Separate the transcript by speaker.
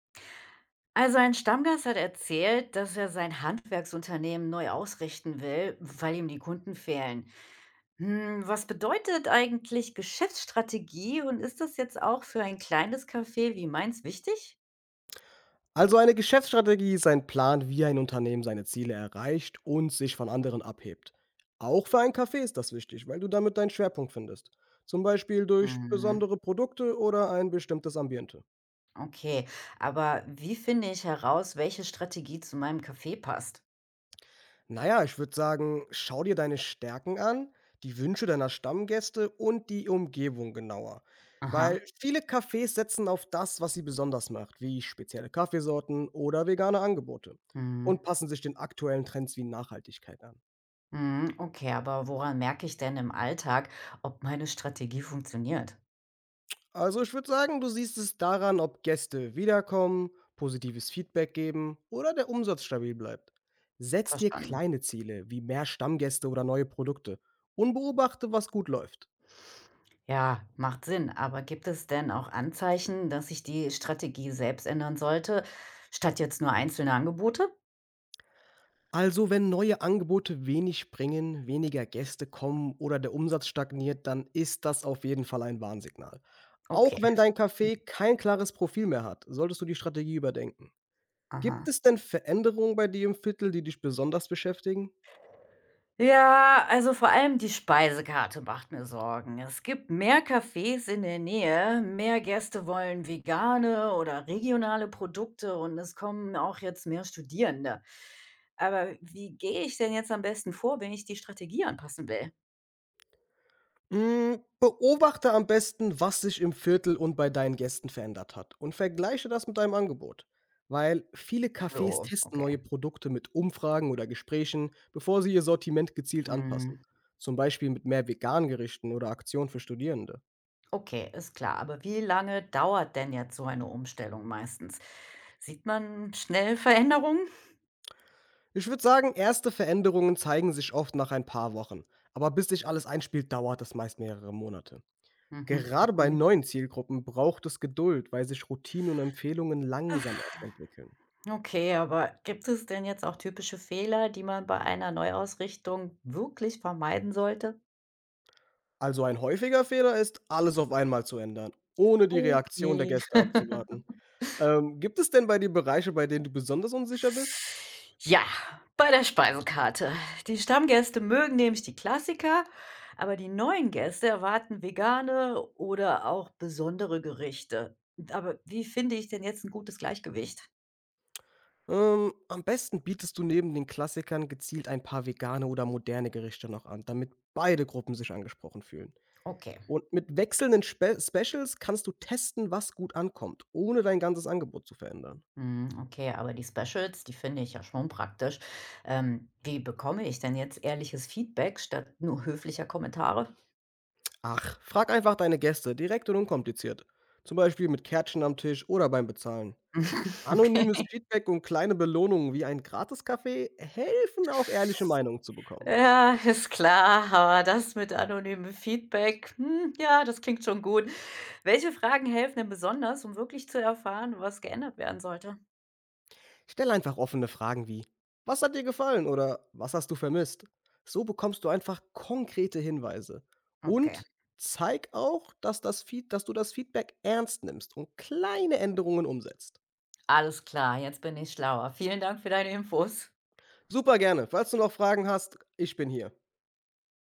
Speaker 1: Also ein Stammgast hat erzählt, dass er sein Handwerksunternehmen neu ausrichten will, weil ihm die Kunden fehlen. Hm, was bedeutet eigentlich Geschäftsstrategie und ist das jetzt auch für ein kleines Café wie meins wichtig?
Speaker 2: Also eine Geschäftsstrategie ist ein Plan, wie ein Unternehmen seine Ziele erreicht und sich von anderen abhebt. Auch für ein Café ist das wichtig, weil du damit deinen Schwerpunkt findest. Zum Beispiel durch
Speaker 1: Hm,
Speaker 2: besondere Produkte oder ein bestimmtes Ambiente.
Speaker 1: okay, aber wie finde ich heraus, welche Strategie zu meinem Café passt?
Speaker 2: Naja, ich würde sagen, schau dir deine Stärken an, die Wünsche deiner Stammgäste und die Umgebung genauer.
Speaker 1: Aha.
Speaker 2: Weil viele Cafés setzen auf das, was sie besonders macht, wie spezielle Kaffeesorten oder vegane Angebote,
Speaker 1: Hm,
Speaker 2: und passen sich den aktuellen Trends wie Nachhaltigkeit an.
Speaker 1: okay, aber woran merke ich denn im Alltag, ob meine Strategie funktioniert?
Speaker 2: Also ich würde sagen, du siehst es daran, ob Gäste wiederkommen, positives Feedback geben oder der Umsatz stabil bleibt. Setz dir
Speaker 1: Verstanden.
Speaker 2: kleine Ziele wie mehr Stammgäste oder neue Produkte und beobachte, was gut läuft.
Speaker 1: Ja, macht Sinn. Aber gibt es denn auch Anzeichen, dass sich die Strategie selbst ändern sollte, statt jetzt nur einzelne Angebote?
Speaker 2: Also wenn neue Angebote wenig bringen, weniger Gäste kommen oder der Umsatz stagniert, dann ist das auf jeden Fall ein Warnsignal. Auch
Speaker 1: Okay,
Speaker 2: wenn dein Café kein klares Profil mehr hat, solltest du die Strategie überdenken.
Speaker 1: aha.
Speaker 2: Gibt es denn Veränderungen bei dir im Viertel, die dich besonders beschäftigen?
Speaker 1: Ja, also vor allem die Speisekarte macht mir Sorgen. Es gibt mehr Cafés in der Nähe, mehr Gäste wollen vegane oder regionale Produkte und es kommen auch jetzt mehr Studierende. Aber wie gehe ich denn jetzt am besten vor, wenn ich die Strategie anpassen will?
Speaker 2: Hm, beobachte am besten, was sich im Viertel und bei deinen Gästen verändert hat, und vergleiche das mit deinem Angebot. Weil viele Cafés
Speaker 1: Oh,
Speaker 2: testen
Speaker 1: okay.
Speaker 2: neue Produkte mit Umfragen oder Gesprächen, bevor sie ihr Sortiment gezielt anpassen.
Speaker 1: Mhm.
Speaker 2: Zum Beispiel mit mehr Vegan-Gerichten oder Aktionen für Studierende.
Speaker 1: Okay, ist klar. Aber wie lange dauert denn jetzt so eine Umstellung meistens? Sieht man schnell Veränderungen?
Speaker 2: Ich würde sagen, erste Veränderungen zeigen sich oft nach ein paar Wochen, aber bis sich alles einspielt, dauert es meist mehrere Monate.
Speaker 1: Mhm.
Speaker 2: Gerade bei
Speaker 1: Okay.
Speaker 2: neuen Zielgruppen braucht es Geduld, weil sich Routinen und Empfehlungen langsam erst entwickeln.
Speaker 1: Okay, aber gibt es denn jetzt auch typische Fehler, die man bei einer Neuausrichtung wirklich vermeiden sollte?
Speaker 2: Also ein häufiger Fehler ist, alles auf einmal zu ändern, ohne die Reaktion der
Speaker 1: Okay.
Speaker 2: Gäste abzuwarten. Gibt es denn bei dir Bereiche, bei denen du besonders unsicher bist?
Speaker 1: Ja, bei der Speisekarte. Die Stammgäste mögen nämlich die Klassiker, aber die neuen Gäste erwarten vegane oder auch besondere Gerichte. Aber wie finde ich denn jetzt ein gutes Gleichgewicht?
Speaker 2: Am besten bietest du neben den Klassikern gezielt ein paar vegane oder moderne Gerichte noch an, damit beide Gruppen sich angesprochen fühlen.
Speaker 1: Okay.
Speaker 2: Und mit wechselnden Specials kannst du testen, was gut ankommt, ohne dein ganzes Angebot zu verändern.
Speaker 1: Hm, okay, aber die Specials, die finde ich ja schon praktisch. Wie bekomme ich denn jetzt ehrliches Feedback statt nur höflicher Kommentare?
Speaker 2: Ach, frag einfach deine Gäste direkt und unkompliziert. Zum Beispiel mit Kärtchen am Tisch oder beim Bezahlen.
Speaker 1: Okay.
Speaker 2: Anonymes Feedback und kleine Belohnungen wie ein Gratis-Kaffee helfen auch ehrliche Meinungen zu bekommen.
Speaker 1: Ja, ist klar, aber das mit anonymem Feedback, hm, ja, das klingt schon gut. Welche Fragen helfen denn besonders, um wirklich zu erfahren, was geändert werden sollte?
Speaker 2: Stell einfach offene Fragen wie, was hat dir gefallen oder was hast du vermisst? So bekommst du einfach konkrete Hinweise.
Speaker 1: Okay,
Speaker 2: Und zeig auch, dass du das Feedback ernst nimmst und kleine Änderungen umsetzt.
Speaker 1: alles klar, jetzt bin ich schlauer. Vielen Dank für deine Infos.
Speaker 2: Super gerne. Falls du noch Fragen hast, ich bin hier.